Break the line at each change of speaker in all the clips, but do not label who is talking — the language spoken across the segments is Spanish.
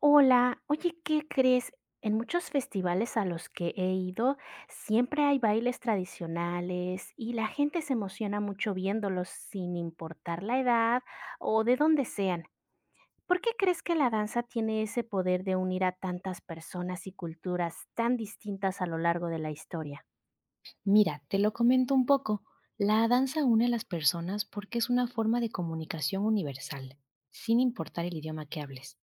Hola, oye, ¿qué crees? En muchos festivales a los que he ido siempre hay bailes tradicionales y la gente se emociona mucho viéndolos sin importar la edad o de dónde sean. ¿Por qué crees que la danza tiene ese poder de unir a tantas personas y culturas tan distintas a lo largo de la historia?
Mira, te lo comento un poco. La danza une a las personas porque es una forma de comunicación universal, sin importar el idioma que hables.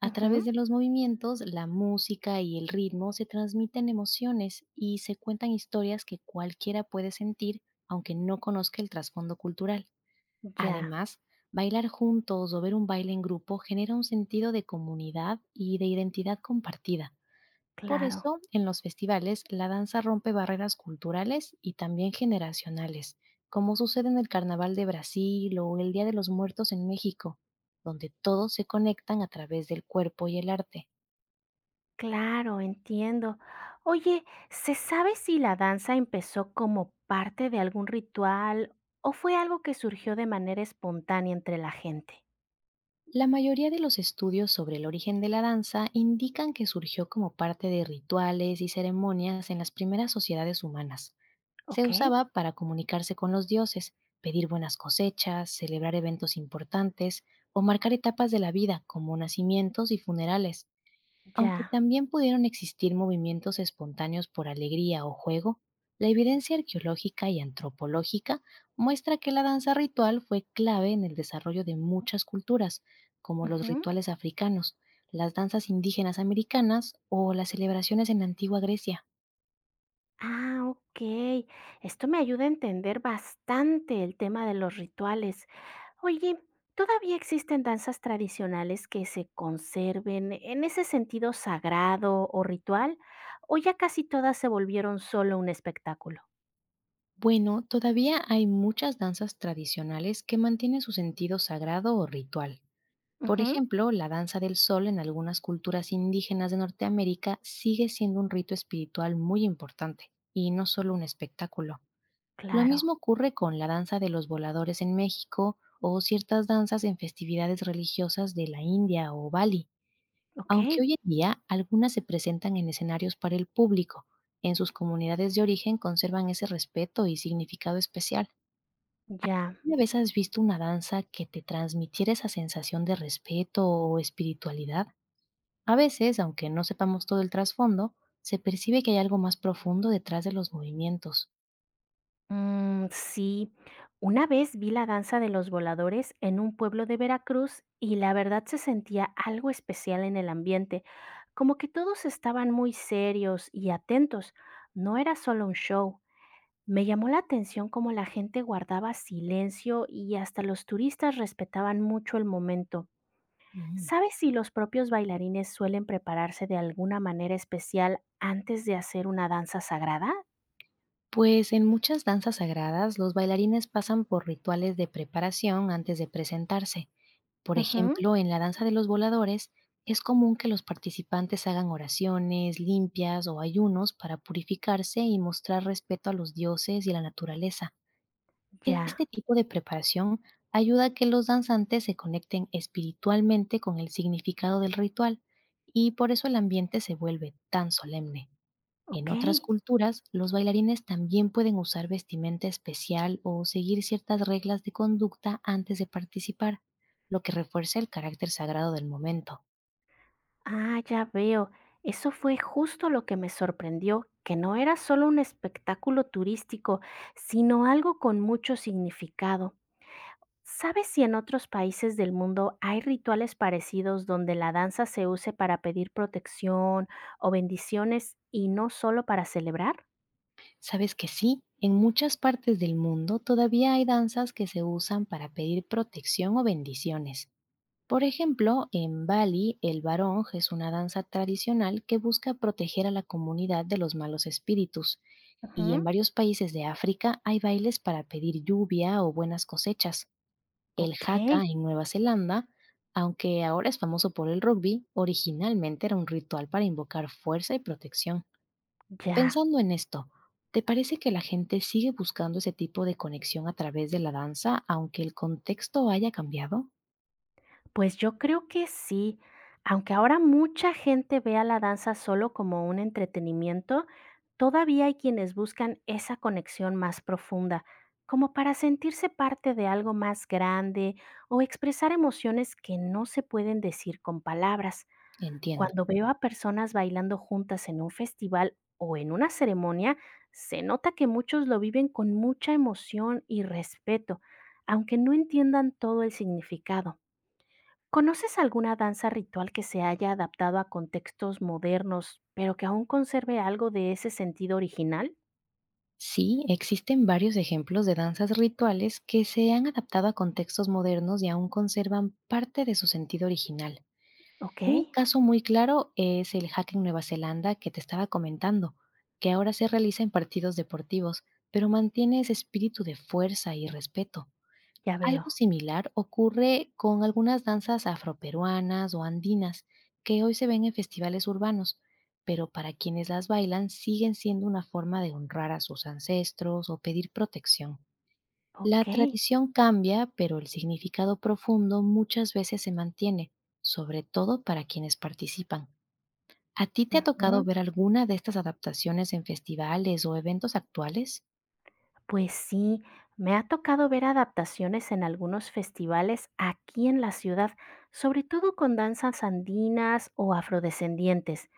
A través
Ujú.
de los movimientos, la música y el ritmo se transmiten emociones y se cuentan historias que cualquiera puede sentir, aunque no conozca el trasfondo cultural.
Ya,
Además, bailar juntos o ver un baile en grupo genera un sentido de comunidad y de identidad compartida. Por
claro.
eso, en los festivales, la danza rompe barreras culturales y también generacionales, como sucede en el Carnaval de Brasil o el Día de los Muertos en México, donde todos se conectan a través del cuerpo y el arte.
Claro, entiendo. Oye, ¿se sabe si la danza empezó como parte de algún ritual o fue algo que surgió de manera espontánea entre la gente?
La mayoría de los estudios sobre el origen de la danza indican que surgió como parte de rituales y ceremonias en las primeras sociedades humanas. Se
Ok,
usaba para comunicarse con los dioses, pedir buenas cosechas, celebrar eventos importantes o marcar etapas de la vida, como nacimientos y funerales. Aunque
ya.
también pudieron existir movimientos espontáneos por alegría o juego, la evidencia arqueológica y antropológica muestra que la danza ritual fue clave en el desarrollo de muchas culturas, como los
Ujú.
rituales africanos, las danzas indígenas americanas o las celebraciones en la antigua Grecia.
Ah, ok. Esto me ayuda a entender bastante el tema de los rituales. Oye, ¿todavía existen danzas tradicionales que se conserven en ese sentido sagrado o ritual? ¿O ya casi todas se volvieron solo un espectáculo?
Bueno, todavía hay muchas danzas tradicionales que mantienen su sentido sagrado o ritual. Por
Ujú.
ejemplo, la danza del sol en algunas culturas indígenas de Norteamérica sigue siendo un rito espiritual muy importante y no solo un espectáculo. Lo
Claro,
mismo ocurre con la danza de los voladores en México o ciertas danzas en festividades religiosas de la India o Bali,
¿ok?
aunque hoy en día algunas se presentan en escenarios para el público. En sus comunidades de origen conservan ese respeto y significado especial.
Ya.
¿Alguna vez has visto una danza que te transmitiera esa sensación de respeto o espiritualidad? A veces, aunque no sepamos todo el trasfondo, se percibe que hay algo más profundo detrás de los movimientos.
Mm, sí, una vez vi la danza de los voladores en un pueblo de Veracruz y la verdad se sentía algo especial en el ambiente, como que todos estaban muy serios y atentos, no era solo un show. Me llamó la atención cómo la gente guardaba silencio y hasta los turistas respetaban mucho el momento.
Mm.
¿Sabes si los propios bailarines suelen prepararse de alguna manera especial antes de hacer una danza sagrada?
Pues en muchas danzas sagradas, los bailarines pasan por rituales de preparación antes de presentarse. Por
Ujú,
ejemplo, en la danza de los voladores, es común que los participantes hagan oraciones, limpias o ayunos para purificarse y mostrar respeto a los dioses y a la naturaleza.
ya,
Este tipo de preparación ayuda a que los danzantes se conecten espiritualmente con el significado del ritual, y por eso el ambiente se vuelve tan solemne. En
ok.
otras culturas, los bailarines también pueden usar vestimenta especial o seguir ciertas reglas de conducta antes de participar, lo que refuerza el carácter sagrado del momento.
Ah, ya veo. Eso fue justo lo que me sorprendió, que no era solo un espectáculo turístico, sino algo con mucho significado. ¿Sabes si en otros países del mundo hay rituales parecidos donde la danza se use para pedir protección o bendiciones y no solo para celebrar?
Sabes que sí, en muchas partes del mundo todavía hay danzas que se usan para pedir protección o bendiciones. Por ejemplo, en Bali, el barong es una danza tradicional que busca proteger a la comunidad de los malos espíritus, y en
Ujú,
varios países de África hay bailes para pedir lluvia o buenas cosechas. El
ok,
haka en Nueva Zelanda, aunque ahora es famoso por el rugby, originalmente era un ritual para invocar fuerza y protección.
ya.
Pensando en esto, ¿te parece que la gente sigue buscando ese tipo de conexión a través de la danza, aunque el contexto haya cambiado?
Pues yo creo que sí. Aunque ahora mucha gente ve a la danza solo como un entretenimiento, todavía hay quienes buscan esa conexión más profunda, como para sentirse parte de algo más grande o expresar emociones que no se pueden decir con palabras.
Entiendo.
Cuando veo a personas bailando juntas en un festival o en una ceremonia, se nota que muchos lo viven con mucha emoción y respeto, aunque no entiendan todo el significado. ¿Conoces alguna danza ritual que se haya adaptado a contextos modernos, pero que aún conserve algo de ese sentido original?
Sí, existen varios ejemplos de danzas rituales que se han adaptado a contextos modernos y aún conservan parte de su sentido original.
¿Ok?
Un caso muy claro es el hack en Nueva Zelanda que te estaba comentando, que ahora se realiza en partidos deportivos, pero mantiene ese espíritu de fuerza y respeto.
Ya
Algo
veo.
similar ocurre con algunas danzas afroperuanas o andinas que hoy se ven en festivales urbanos, pero para quienes las bailan siguen siendo una forma de honrar a sus ancestros o pedir protección. La
Ok.
tradición cambia, pero el significado profundo muchas veces se mantiene, sobre todo para quienes participan. ¿A ti te ha tocado
Ujú.
ver alguna de estas adaptaciones en festivales o eventos actuales?
Pues sí, me ha tocado ver adaptaciones en algunos festivales aquí en la ciudad, sobre todo con danzas andinas o afrodescendientes.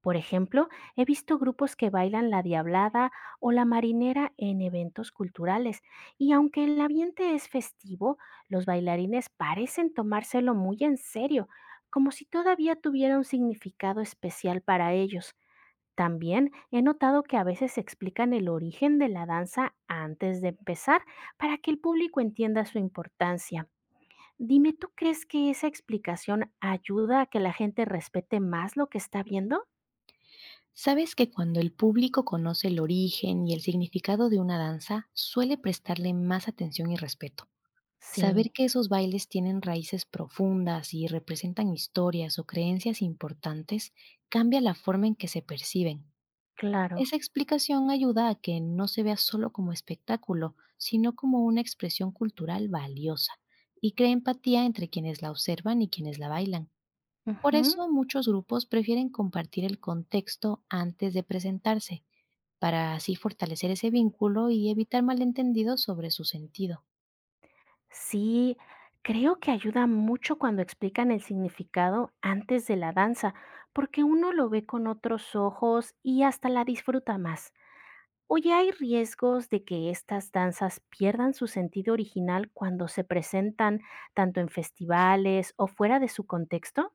Por ejemplo, he visto grupos que bailan la diablada o la marinera en eventos culturales y aunque el ambiente es festivo, los bailarines parecen tomárselo muy en serio, como si todavía tuviera un significado especial para ellos. También he notado que a veces explican el origen de la danza antes de empezar para que el público entienda su importancia. Dime, ¿tú crees que esa explicación ayuda a que la gente respete más lo que está viendo?
¿Sabes que cuando el público conoce el origen y el significado de una danza, suele prestarle más atención y respeto? Saber
Sí.
que esos bailes tienen raíces profundas y representan historias o creencias importantes cambia la forma en que se perciben.
Claro.
Esa explicación ayuda a que no se vea solo como espectáculo, sino como una expresión cultural valiosa, y crea empatía entre quienes la observan y quienes la bailan. Por
Ujú.
eso muchos grupos prefieren compartir el contexto antes de presentarse, para así fortalecer ese vínculo y evitar malentendidos sobre su sentido.
Sí, creo que ayuda mucho cuando explican el significado antes de la danza, porque uno lo ve con otros ojos y hasta la disfruta más. Oye, ¿hay riesgos de que estas danzas pierdan su sentido original cuando se presentan tanto en festivales o fuera de su contexto?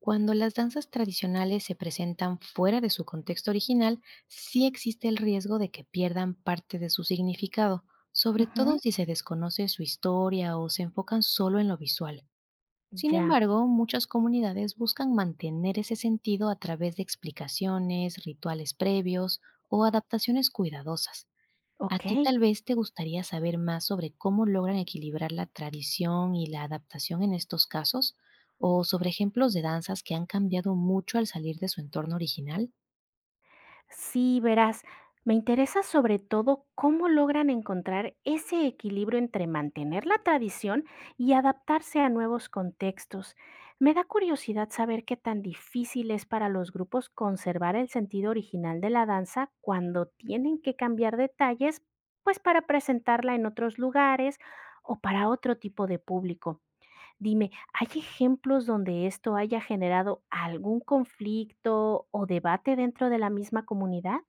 Cuando las danzas tradicionales se presentan fuera de su contexto original, sí existe el riesgo de que pierdan parte de su significado, sobre todo
Ujú.
si se desconoce su historia o se enfocan solo en lo visual. Sin
Ya,
embargo, muchas comunidades buscan mantener ese sentido a través de explicaciones, rituales previos o adaptaciones cuidadosas. A
ok.
ti tal vez te gustaría saber más sobre cómo logran equilibrar la tradición y la adaptación en estos casos, o sobre ejemplos de danzas que han cambiado mucho al salir de su entorno original.
Sí, verás, me interesa sobre todo cómo logran encontrar ese equilibrio entre mantener la tradición y adaptarse a nuevos contextos. Me da curiosidad saber qué tan difícil es para los grupos conservar el sentido original de la danza cuando tienen que cambiar detalles, pues para presentarla en otros lugares o para otro tipo de público. Dime, ¿hay ejemplos donde esto haya generado algún conflicto o debate dentro de la misma comunidad?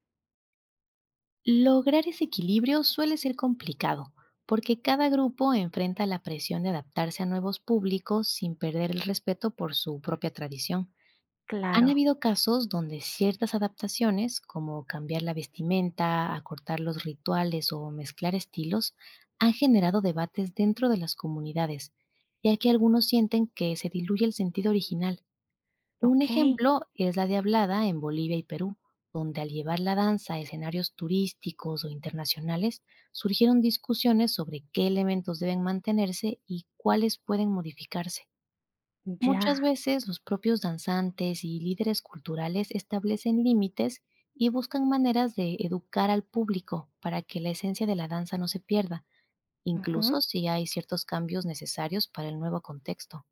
Lograr ese equilibrio suele ser complicado, porque cada grupo enfrenta la presión de adaptarse a nuevos públicos sin perder el respeto por su propia tradición. Han
Claro,
habido casos donde ciertas adaptaciones, como cambiar la vestimenta, acortar los rituales o mezclar estilos, han generado debates dentro de las comunidades, ya que algunos sienten que se diluye el sentido original. Un
ok,
ejemplo es la Diablada en Bolivia y Perú, donde al llevar la danza a escenarios turísticos o internacionales, surgieron discusiones sobre qué elementos deben mantenerse y cuáles pueden modificarse. Muchas
ya.
veces los propios danzantes y líderes culturales establecen límites y buscan maneras de educar al público para que la esencia de la danza no se pierda, incluso
Ujú.
si hay ciertos cambios necesarios para el nuevo contexto.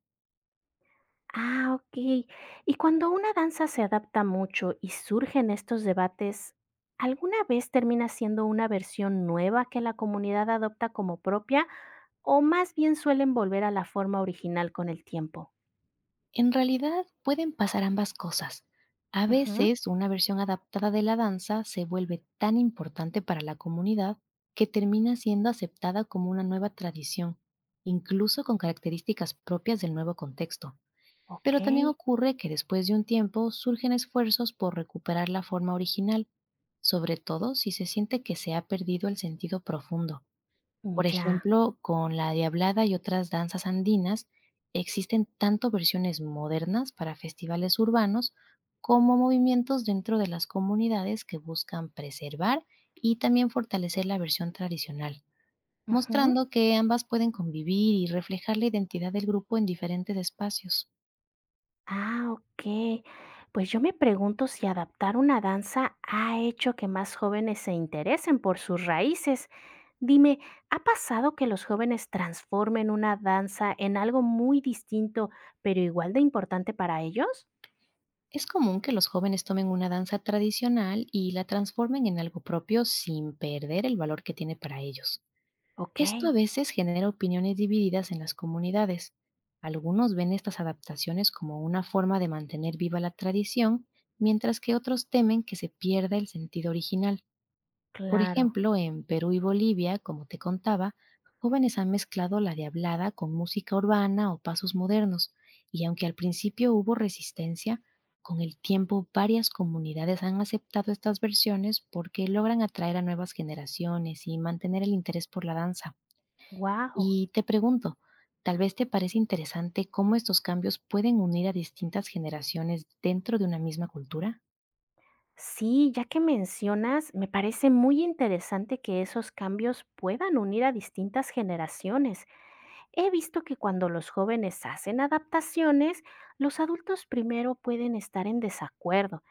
Ah, ok. Y cuando una danza se adapta mucho y surgen estos debates, ¿alguna vez termina siendo una versión nueva que la comunidad adopta como propia o más bien suelen volver a la forma original con el tiempo?
En realidad pueden pasar ambas cosas. A
Ujú,
veces una versión adaptada de la danza se vuelve tan importante para la comunidad que termina siendo aceptada como una nueva tradición, incluso con características propias del nuevo contexto.
ok,
Pero también ocurre que después de un tiempo surgen esfuerzos por recuperar la forma original, sobre todo si se siente que se ha perdido el sentido profundo. Por
ya.
ejemplo, con la diablada y otras danzas andinas, existen tanto versiones modernas para festivales urbanos como movimientos dentro de las comunidades que buscan preservar y también fortalecer la versión tradicional,
Ujú.
mostrando que ambas pueden convivir y reflejar la identidad del grupo en diferentes espacios.
Ah, ok. Pues yo me pregunto si adaptar una danza ha hecho que más jóvenes se interesen por sus raíces. Dime, ¿ha pasado que los jóvenes transformen una danza en algo muy distinto, pero igual de importante para ellos?
Es común que los jóvenes tomen una danza tradicional y la transformen en algo propio sin perder el valor que tiene para ellos.
Ok,
Esto a veces genera opiniones divididas en las comunidades. Algunos ven estas adaptaciones como una forma de mantener viva la tradición, mientras que otros temen que se pierda el sentido original. Por
claro.
ejemplo, en Perú y Bolivia, como te contaba, jóvenes han mezclado la diablada con música urbana o pasos modernos, y aunque al principio hubo resistencia, con el tiempo varias comunidades han aceptado estas versiones porque logran atraer a nuevas generaciones y mantener el interés por la danza.
Wow.
Y te pregunto, tal vez te parece interesante cómo estos cambios pueden unir a distintas generaciones dentro de una misma cultura.
Sí, ya que mencionas, me parece muy interesante que esos cambios puedan unir a distintas generaciones. He visto que cuando los jóvenes hacen adaptaciones, los adultos primero pueden estar en desacuerdo,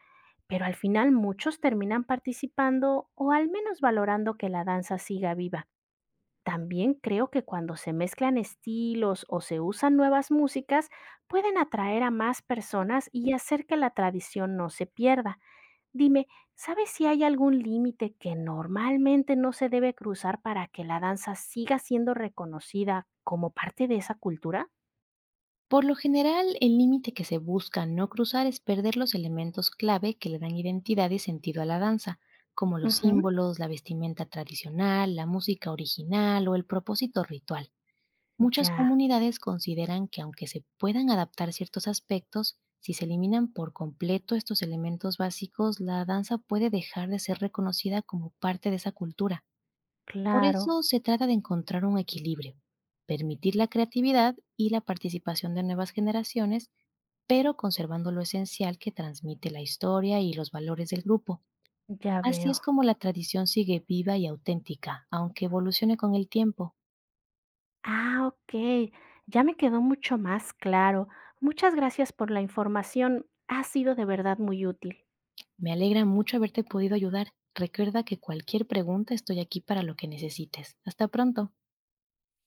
pero al final muchos terminan participando o al menos valorando que la danza siga viva. También creo que cuando se mezclan estilos o se usan nuevas músicas, pueden atraer a más personas y hacer que la tradición no se pierda. Dime, ¿sabes si hay algún límite que normalmente no se debe cruzar para que la danza siga siendo reconocida como parte de esa cultura?
Por lo general, el límite que se busca no cruzar es perder los elementos clave que le dan identidad y sentido a la danza, como los
Ujú.
símbolos, la vestimenta tradicional, la música original o el propósito ritual. Muchas
Ya,
comunidades consideran que, aunque se puedan adaptar ciertos aspectos, si se eliminan por completo estos elementos básicos, la danza puede dejar de ser reconocida como parte de esa cultura. Por eso
claro,
se trata de encontrar un equilibrio, permitir la creatividad y la participación de nuevas generaciones, pero conservando lo esencial que transmite la historia y los valores del grupo.
ya
Así
veo.
es como la tradición sigue viva y auténtica, aunque evolucione con el tiempo.
Ah, ok, ya me quedó mucho más claro. Muchas gracias por la información, ha sido de verdad muy útil.
Me alegra mucho haberte podido ayudar. Recuerda que cualquier pregunta estoy aquí para lo que necesites. Hasta pronto.